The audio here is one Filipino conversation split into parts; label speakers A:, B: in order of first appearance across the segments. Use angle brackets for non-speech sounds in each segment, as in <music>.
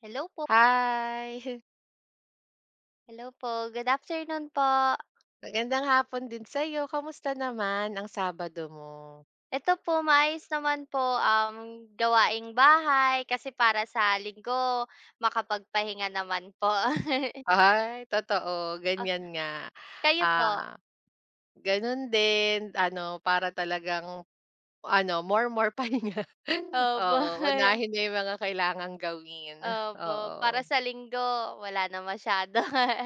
A: Hello po.
B: Hi, <laughs>
A: Hello po, good afternoon po.
B: magandang hapon din sa'yo. Kamusta naman ang Sabado mo?
A: Eto po, maayos naman po, gawaing bahay kasi para sa linggo makapagpahinga naman po. <laughs>
B: Ay, totoo
A: Ah,
B: ganyan nga.
A: kayo po?
B: Ah, ganun din ano, para talagang ano, more more pa pahinga. <laughs>
A: Opo,
B: Oo,
A: <laughs>
B: unahin mo yung mga kailangang gawin,
A: opo, para
B: oo.
A: sa linggo wala na masyado. <laughs>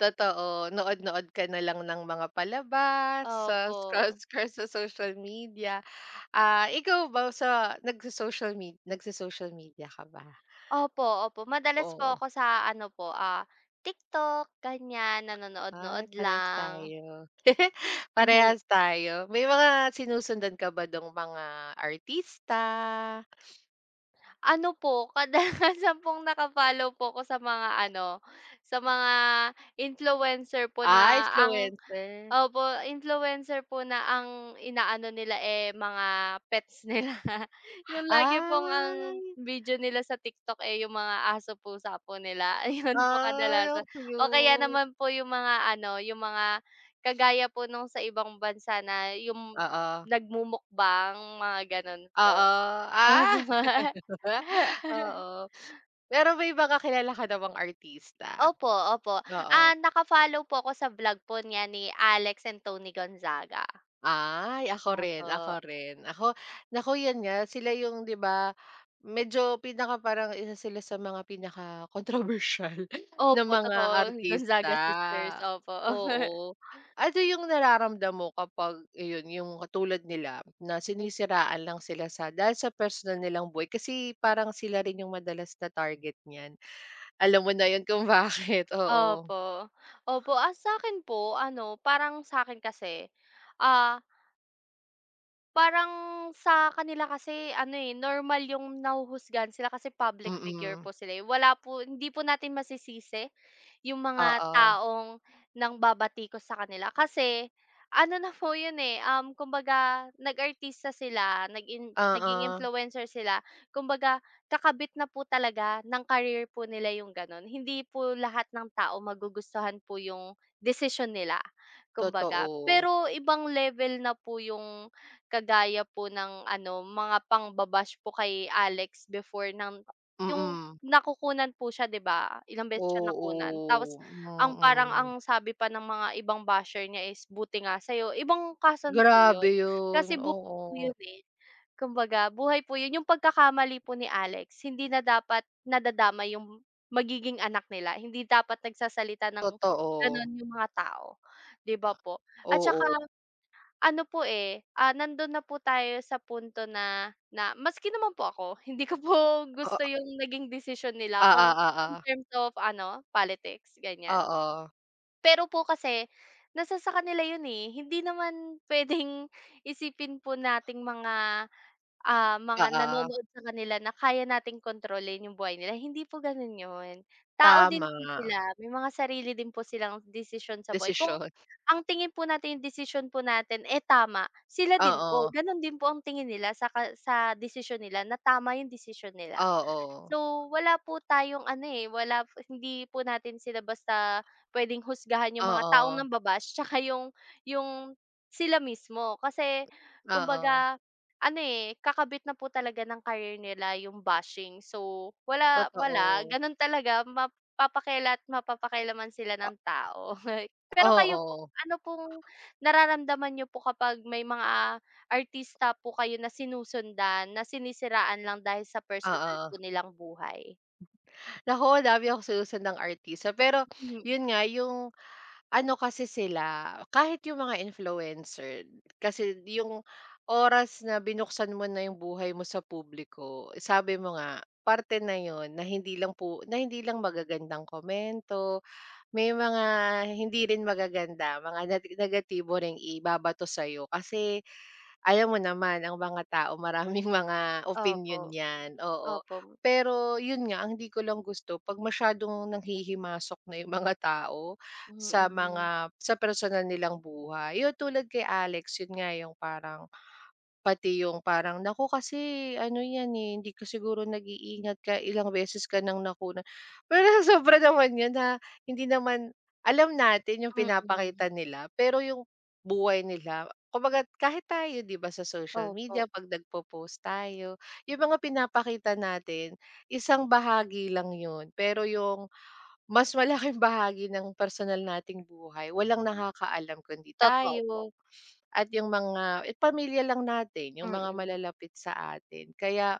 B: Totoo, nood-nood ka na lang ng mga palabas, sa
A: Opo.
B: scroll-scroll sa social media. Ah, ikaw ba sa nagso-social media ka ba?
A: Opo, opo, madalas po
B: Oo.
A: ako sa ano po, TikTok ganyan, nanonood-nood
B: Ay, parehas
A: lang.
B: tayo. <laughs> Parehas
A: <laughs>
B: tayo. May mga sinusundan ka ba dong mga artista?
A: Ano po, <laughs> kadalasan pong naka-follow po ko sa mga ano, sa mga influencer po
B: Ah,
A: na ang
B: influencer.
A: opo, influencer po na ang inaano nila, eh, mga pets nila. <laughs> Yung lagi pong ang
B: Ay,
A: video nila sa TikTok, eh, yung mga aso, pusa po nila, <laughs> ayun po
B: ay
A: kadalasan.
B: ang
A: O kaya
B: cute.
A: naman po yung mga ano, yung mga kagaya po nung sa ibang bansa na yung
B: Oo,
A: nagmumukbang, mga gano'n po.
B: oo, ah,
A: Opo.
B: <laughs>
A: <laughs>
B: oo. Pero may mga kilala ka na bang artista?
A: Opo, opo.
B: Oo.
A: Ah, naka-follow po ako sa vlog po niya ni Alex and Tony Gonzaga.
B: Ay, ako rin, ako
A: Opo.
B: rin. Ako naku, 'yun nga sila yung 'di ba, medyo pinaka parang isa sila sa mga pinaka controversial <laughs> na
A: Opo,
B: mga
A: totoo, <laughs> Gonzaga
B: artista.
A: sisters, opo.
B: Oo.
A: <laughs>
B: Ano yung nararamdam mo kapag iyon, yung katulad nila na sinisiraan lang sila sa dahil sa personal nilang buhay kasi parang sila rin yung madalas na target niyan. Alam mo na 'yun kung <laughs> bakit, oo.
A: Opo. Opo, sa'kin po ano, parang sa akin kasi, ah, parang sa kanila kasi ano, eh, normal yung nahuhusgahan sila kasi public figure
B: Mm.
A: po sila, eh. Wala po hindi po natin masisisi yung mga
B: Oo.
A: taong nang babati ko sa kanila kasi ano na po yun, eh, kumbaga nag-artista sila, naging
B: Oo,
A: influencer sila, kumbaga kakabit na po talaga ng career po nila yung gano'n. Hindi po lahat ng tao magugustuhan po yung decision nila, kumbaga.
B: totoo.
A: Pero ibang level na po yung kagaya po ng ano, mga pang po kay Alex before ng
B: Mm,
A: yung
B: mm.
A: nakukunan po siya, 'di ba? Ilang beses siya nakunan tapos
B: Oo,
A: ang parang
B: mm.
A: ang sabi pa ng mga ibang basher niya is, "Buti nga sa'yo." Ibang kaso na po yun,
B: Grabe yun,
A: kasi buhay po
B: oo,
A: yun, eh. Kumbaga buhay po yun, yung pagkakamali po ni Alex hindi na dapat nadadamay yung magiging anak nila, hindi dapat nagsasalita ng
B: totoo.
A: gano'n yung mga tao, 'di ba po? At saka
B: Oo,
A: ano po, eh, nandun na po tayo sa punto na na maski naman po ako, <laughs> hindi ko po
B: oo,
A: gusto yung naging decision nila
B: oo,
A: kung in
B: oo,
A: terms of ano, politics, ganyan.
B: oo,
A: Pero po kasi nasa sa kanila yun, eh, hindi naman puwedeng <laughs> isipin po nating mga ah, mga
B: oo,
A: nanonood sa kanila na kaya nating kontrolin yung buhay nila, hindi po gano'n 'yun. Tao din
B: tama,
A: po sila, may mga sarili din po silang desisyon sa buhay. Kung
B: desisyon.
A: ang tingin po natin yung desisyon po natin, eh, tama, sila din po,
B: Oo,
A: gano'n din po ang tingin nila sa ka sa desisyon nila na tama yung desisyon nila.
B: oo,
A: So, wala po tayong ano, eh, wala po hindi po natin sila basta puwedeng husgahan yung mga taong
B: oo,
A: namba-bash <laughs> tsaka yung sila mismo. Kasi
B: oo,
A: kumbaga ano, eh, kakabit na po talaga ng career nila yung bashing. So, wala wala,
B: totoo.
A: gano'n talaga mapapakila't mapapakialaman sila
B: O,
A: ng tao. <laughs> Pero kayo po,
B: oo,
A: ano pong nararamdaman nyo po kapag may mga artista po kayo na sinusundan, na sinisiraan lang dahil sa personal
B: oo.
A: po nilang buhay.
B: Naku, ang dami akong sinusunod ng artista pero
A: Hmm,
B: yun nga yung ano kasi sila, kahit yung mga influencer, kasi yung oras na binuksan mo na yung buhay mo sa publiko, sabi mo nga, parte na yun na hindi lang magagandang komento, may mga hindi rin magaganda, mga negatibo ring ibabato sa'yo kasi alam mo naman ang mga tao maraming <laughs> mga
A: opo,
B: opinion 'yan, oo.
A: opo,
B: Pero 'yun nga, ang di ko lang gusto 'pag masyadong nanghihimasok na 'yung <laughs> mga tao
A: mm,
B: sa personal nilang buhay. 'Yun tulad kay Alex, 'yun nga 'yung parang pati yung parang, "Naku kasi ano yan, eh, hindi ka siguro nag-iingat kaya ilang beses ka ng nakunan." Pero <laughs> sa sobra naman yun na hindi naman alam natin yung
A: mm,
B: pinapakita nila, pero yung buhay nila kumbaga kahit tayo 'di ba sa social media
A: opo,
B: 'pag nagpo-post tayo, yung mga pinapakita natin isang bahagi lang yun, pero yung mas malaking bahagi ng personal nating buhay walang nakakaalam kundi
A: totoo po,
B: tayo. At yung mga eh, pamilya lang natin, yung mga
A: mm,
B: malalapit sa atin. Kaya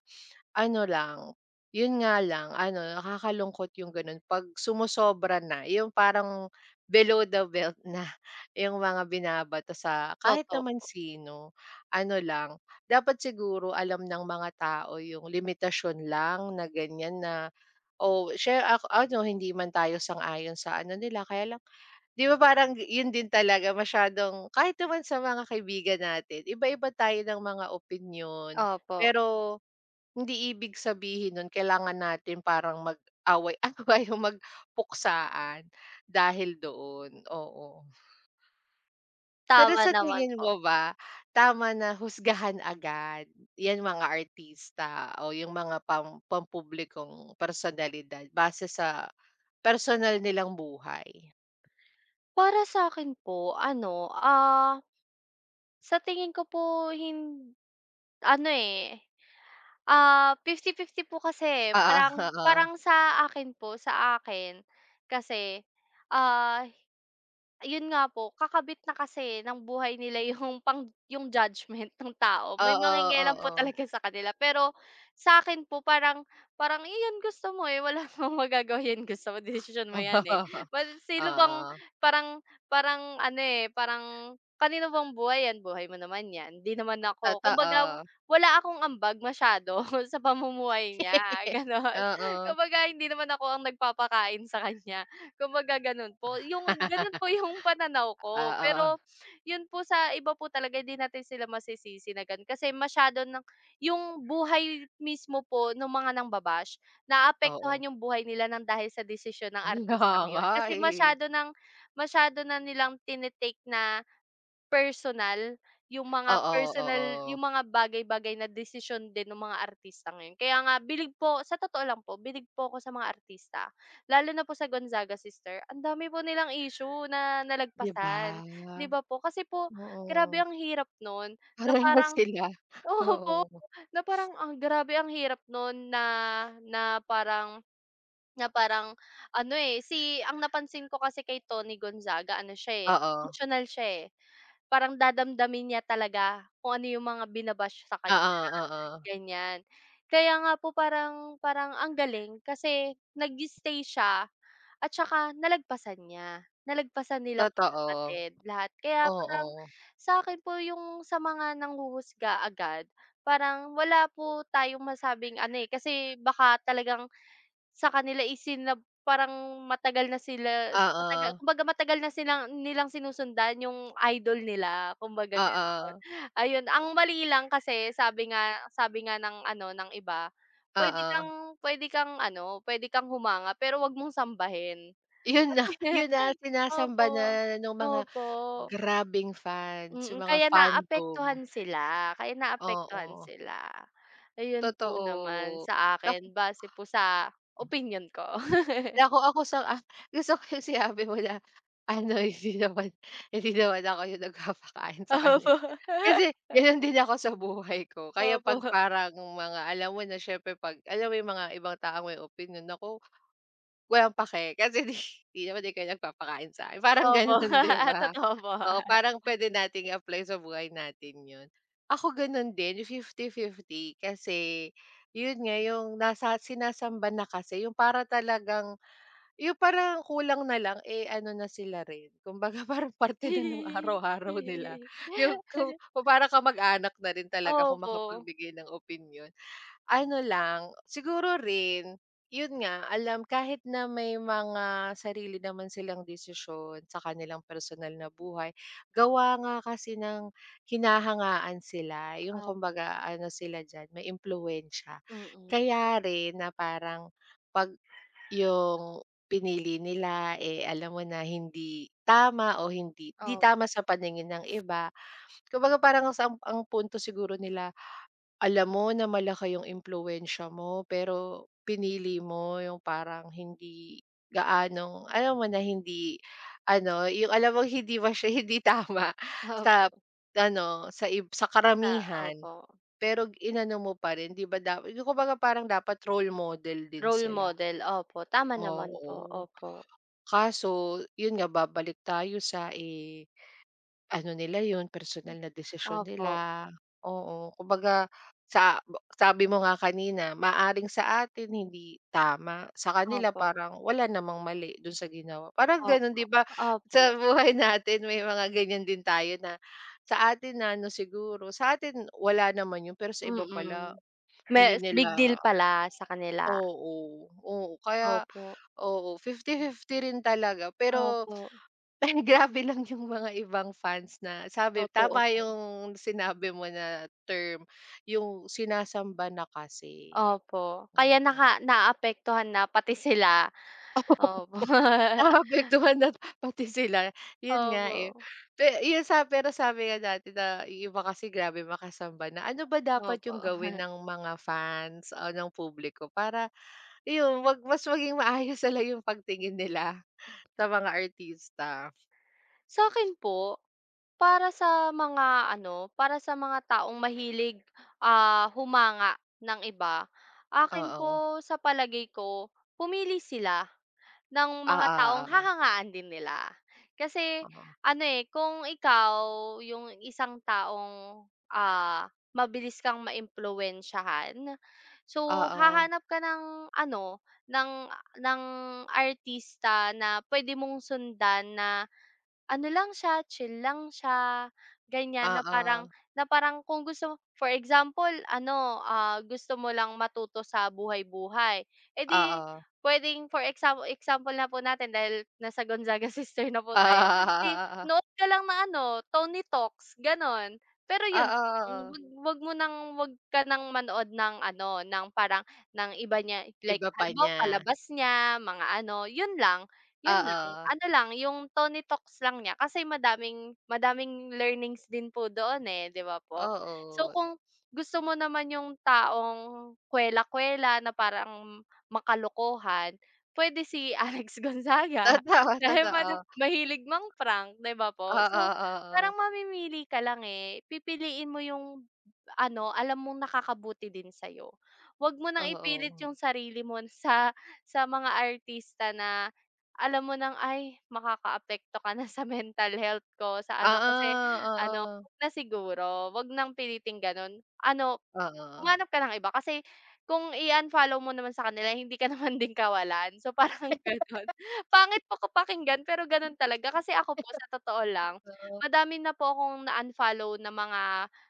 B: ano lang, yun nga lang ano, nakakalungkot yung gano'n 'pag sumosobra na, yung parang below the belt na <laughs> yung mga binabato sa kahit
A: totoo
B: naman
A: po,
B: sino. Ano lang, dapat siguro alam ng mga tao yung limitasyon lang na ganyan na, o share ako ano, hindi man tayo sang-ayon sa ano nila kaya lang, 'di ba parang yun din talaga masyadong kahit naman sa mga kaibigan natin iba-iba tayo ng mga opinyon.
A: opo,
B: Pero hindi ibig sabihin nun kailangan natin parang mag-away-away <laughs> o magpuksaan dahil doon, oo. Pero
A: tama
B: sa
A: naman
B: tingin
A: po.
B: mo ba tama na husgahan agad 'yang mga artista o yung mga pampublikong personalidad base sa personal nilang buhay?
A: Para sa'kin po ano, sa tingin ko po hin ano, eh 50-50 po kasi, eh.
B: Oo,
A: Parang
B: oo.
A: parang sa akin kasi, ah, yun nga po, kakabit na kasi ng buhay nila <laughs> yung pang yung judgment ng tao. May
B: Oo,
A: mangingialam po
B: oo.
A: talaga sa kanila. Pero sa akin po parang parang, "Eh, yan gusto mo, eh, wala <laughs> namang magagawa, yan gusto mo, desisyon mo yan, eh." But
B: <laughs>
A: sino bang
B: Oo,
A: parang parang ano, eh, parang kanino bang buhay yan, buhay mo naman yan. Hindi naman ako kumbaga
B: totoo.
A: wala akong ambag masyado <laughs> sa pamumuhay niya,
B: <laughs>
A: gano'n. <laughs>
B: Oo.
A: Kumbaga hindi naman ako ang nagpapakain sa kanya, kumbaga gano'n po. Yung gano'n po
B: <laughs>
A: yung pananaw ko,
B: Oo,
A: pero yun po sa iba po talaga hindi natin sila masisisi na gano'n kasi masyado ng yung buhay mismo po ng mga nangbabash,
B: oo.
A: naapektuhan yung buhay nila ng dahil sa desisyon ng
B: Kaya
A: artistang yun.
B: nga,
A: Kasi
B: eh.
A: masyado ng masyado na nilang tini na personal, yung mga
B: Oo,
A: personal
B: oo.
A: yung mga bagay-bagay na desisyon din ng mga artista ngayon. Kaya nga bilig po sa totoo lang po, bilig po ako sa mga artista. Lalo na po sa Gonzaga sister, ang dami po nilang issue na
B: 'Di ba?
A: nalagpasan, 'di ba po? Kasi po grabe
B: Oo,
A: ang hirap nun na
B: parehas
A: parang
B: sila.
A: <laughs> oo po,
B: Oo.
A: na parang ang grabe ang hirap nun na na parang ano, eh, si ang napansin ko kasi kay Tony Gonzaga ano siya, eh,
B: Oo.
A: emosyonal siya, eh. Parang dadamdamin niya talaga kung ano yung mga bina sa kanya,
B: Oo, oo.
A: ganyan. Kaya nga po parang parang ang galing kasi nag-stay siya at saka nalagpasan niya, nalagpasan nilang
B: Totoo.
A: magkapatid lahat. Kaya parang
B: Oo.
A: sa akin po yung sa mga nanghuhusga agad, parang wala po tayong masabing ano, eh, kasi baka talagang sa kanila isinab parang matagal na sila
B: Oo.
A: matagal kumbaga matagal na silang nilang sinusundan yung idol nila, kumbaga gano'n.
B: Oo.
A: Ayun, ang mali lang kasi sabi nga ng ano, ng iba, puwede
B: Oo.
A: kang puwede kang ano, puwede kang humanga pero huwag mong sambahin.
B: Yun na
A: <laughs> Opo,
B: sinasamba na ng mga
A: opo,
B: grabbing fans, yung
A: mm,
B: mga
A: kaya
B: fandom.
A: naapektuhan sila, kaya naapektuhan
B: Oo.
A: sila. Ayun po naman
B: Totoo.
A: sa
B: Ak
A: akin base po sa opinyon ko.
B: ako ako sa gusto ko yung sinabi mo na ano, hindi naman ako yung nagpapakain sa kanya.
A: <laughs> Opo.
B: Kasi gano'n din ako sa buhay ko. Kaya 'pag
A: Opo,
B: parang mga alam mo na siyempre 'pag alam mo yung mga ibang tao may opinyon, ako walang pake kasi 'di <laughs> 'di naman ikaw yung nagpapakain sa'kin, parang
A: opo,
B: gano'n <laughs> 'di
A: <laughs>
B: ba?
A: totoo po.
B: Oo, parang puwede nating i-apply sa buhay natin 'yun. Ako gano'n din fifty fifty kasi 'yun nga yung nasa sinasamba na kasi yung para talagang yung parang kulang na lang, eh, ano na sila rin <laughs> kumbaga parang parte na nung araw-araw nila yung kung parang kamag-anak na rin talaga kung
A: Opo.
B: makapagbigay ng opinyon. Ano lang, siguro rin, yun nga, alam kahit na may mga sarili naman silang desisyon sa kanilang personal na buhay, gawa nga kasi ng hinahangaan sila, yung kumbaga ano sila diyan, may impluwensiya.
A: Mm,
B: Kaya rin na parang 'pag yung pinili nila, eh, alam mo na hindi tama o hindi hindi
A: op
B: tama sa paningin ng iba, kumbaga parang sa ang punto siguro nila alam mo na malaki yung impluwensiya mo, pero pinili mo yung parang hindi gaanong alam mo na hindi ano, yung alam mo hindi ba siya <laughs> hindi tama sa
A: opo,
B: ano, sa
A: ta
B: karamihan,
A: opo.
B: pero inano mo pa rin 'di ba dapat yung kumbaga parang dapat role model din
A: Role
B: sila.
A: model, opo, tama naman po,
B: Oo,
A: opo.
B: kaso yun nga babalik tayo sa, eh, ano nila yun, personal na desisyon
A: Opo,
B: nila, oo. Kumbaga sa sabi mo nga kanina, maaring sa atin hindi tama, sa kanila
A: opo,
B: parang wala namang mali dun sa ginawa. Parang ganun
A: opo,
B: 'di ba,
A: opo,
B: sa buhay natin may mga ganyan din tayo na sa atin na ano siguro, sa atin wala naman yun pero sa iba pala
A: mm.
B: hindi
A: Mas big deal
B: nila,
A: pala sa kanila,
B: oo, oo. Kaya
A: opo,
B: oo, fifty fifty rin talaga pero
A: opo,
B: <laughs> ay grabe lang yung mga ibang fans na sabi
A: totoo
B: tama
A: po,
B: yung sinabi mo na term, yung sinasamba na kasi.
A: opo. Kaya
B: Mm.
A: naapektuhan na pati sila,
B: Oo, <laughs>
A: opo, <laughs>
B: naapektuhan na pati sila, yun nga, eh.
A: opo,
B: Pe yun sa pero sabi nga natin na yung iba kasi grabe makasamba na. Ano ba dapat
A: opo.
B: yung
A: <laughs>
B: gawin ng mga fans o ng publiko para iyon wag mas maging maayos na lang yung pagtingin nila sa mga artista.
A: Sa'kin po para sa mga ano, para sa mga taong mahilig, humanga ng iba, akin
B: Oo.
A: po sa palagay ko, pumili sila ng
B: Oo,
A: mga taong
B: oo,
A: hahangaan din nila. Kasi
B: oo.
A: ano, eh, kung ikaw yung isang taong, ah, mabilis kang maimpluwensyahan,
B: Oo,
A: so
B: oo.
A: hahanap ka ng ano, ng ng artista na puwede mong sundan na ano lang siya, chill lang siya, ganyan na
B: Oo.
A: parang kung gusto mo for example ano, gusto mo lang matuto sa buhay-buhay, eh di
B: Oo.
A: puwedeng for example na po natin dahil nasa Gonzaga <laughs> sister na
B: <laughs>
A: po tayo, di
B: ah
A: nood ka lang ng ano, Tony Talks gano'n. Pero yun
B: oo,
A: lang,
B: oo.
A: wag wag mo nang wag ka nang manood ng ano, ng parang ng iba niya like
B: Iba pa
A: halimbawa
B: niya.
A: palabas niya, mga ano, yun lang
B: Oo,
A: ano lang, yung Tony Talks lang niya kasi madaming madaming learnings din po doon, eh, 'di ba po? So,
B: oo.
A: kung gusto mo naman yung taong kuwela-kuwela na parang makalokohan, pwede si Alex Gonzaga
B: Totoo,
A: <laughs>
B: <laughs>
A: dahil mada
B: totoo.
A: mahilig mang-prank, 'di ba po?
B: Oo,
A: So,
B: oo.
A: parang mamimili ka lang, eh, pipiliin mo yung ano, alam mong nakakabuti din sa'yo. Wag mo nang ipilit
B: Oo.
A: yung sarili mo <laughs> sa mga artista na alam mo nang, "Ay makakaapekto ka na sa mental health ko, sa ano." Kasi
B: Oo,
A: ano,
B: oo.
A: 'wag na siguro, 'wag nang piliting gano'n. Ano,
B: Oo.
A: humanap ka ng iba kasi kung i-unfollow mo naman sa kanila hindi ka <laughs> naman din kawalan. So, parang <laughs> gano'n. Pangit po pakinggan pero gano'n talaga kasi ako po sa totoo lang,
B: Oo.
A: madami na po akong na-unfollow na mga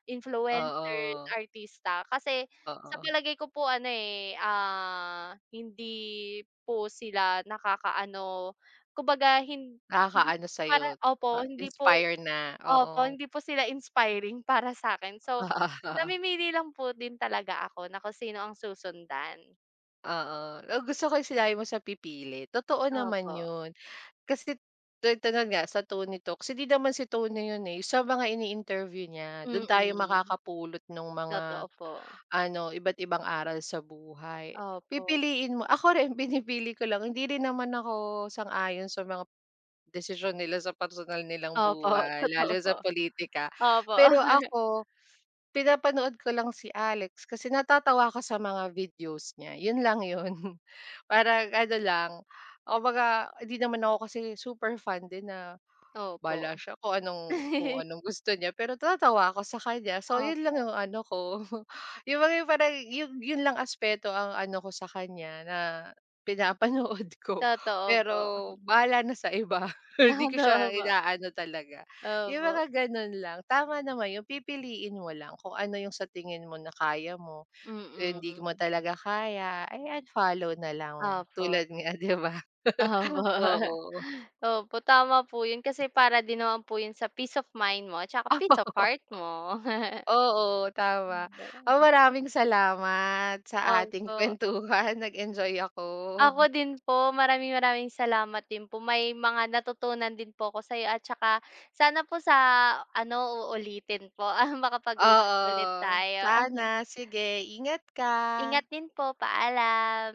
A: influencers,
B: Oo,
A: artista kasi sa
B: oo.
A: palagay ko po ano, eh, hindi po sila nakakaano, kumbaga hindi
B: Nakakaano sa'yo,
A: para
B: parang inspire na,
A: opo,
B: oo.
A: hindi po sila inspiring <laughs> para sa'kin. So,
B: <laughs>
A: namimili lang po din talaga ako na kung sino ang susundan.
B: Oo, oo. Oo, gusto ko yung sinabi mo sa pipili, totoo naman
A: Opo,
B: yun. Kasi tulad nga sa Tony Talks, hindi naman si Tony yun, eh, sa mga ini-interview niya, dun tayo
A: mm,
B: makakapulot ng mga
A: totoo po.
B: ano, iba't ibang aral sa buhay.
A: Opo,
B: Pipiliin mo ako rin <laughs> binipili ko lang, hindi rin naman ako sang-ayon sa mga desisyon nila sa personal nilang
A: opo, <laughs>
B: buhay, lalo
A: totoo po.
B: sa politika.
A: Opo,
B: Pero
A: <laughs>
B: ako, pinapanood ko lang si Alex kasi natatawa ako sa mga videos niya, yun lang yun. <laughs> Parang ano lang, kumbaga hindi naman ako kasi super fan din na
A: opo.
B: bahala siya kung anong kung
A: <laughs>
B: anong gusto niya, pero natatawa ako sa kanya. So, yun lang
A: Opo,
B: yung ano ko, <laughs> yung mga yung parang yun yun lang aspeto ang ano ko sa kanya na pinapanood ko.
A: totoo
B: Pero
A: po.
B: bahala na sa iba, <laughs>
A: <laughs>
B: hindi ko
A: Totoo
B: siya
A: po,
B: inaano talaga. Yung
A: opo,
B: mga ganun lang. Tama naman yung pipiliin mo lang kung ano yung sa tingin mo na kaya mo. Eh, hindi mo
A: mm.
B: talaga kaya, ay unfollow na lang
A: Opo,
B: tulad nga, 'di ba?
A: opo.
B: <laughs>
A: <laughs>
B: Oo.
A: Opo, tama po yun kasi para din naman po yun sa peace of mind mo at saka peace of
B: <laughs>
A: heart mo. <laughs>
B: Oo, tama.
A: Diba?
B: Ah, maraming salamat sa ating <laughs>
A: Opo.
B: kwentuhan. Nag-enjoy ako.
A: Ako din po, maraming maraming salamat din po. May mga natutunan din po ako sa sa'yo at saka sana po sa ano, uulitin po, <laughs> makapag-usap
B: Oo,
A: ulit tayo.
B: sana.
A: <laughs>
B: Sige, ingat ka.
A: Ingat din po, paalam.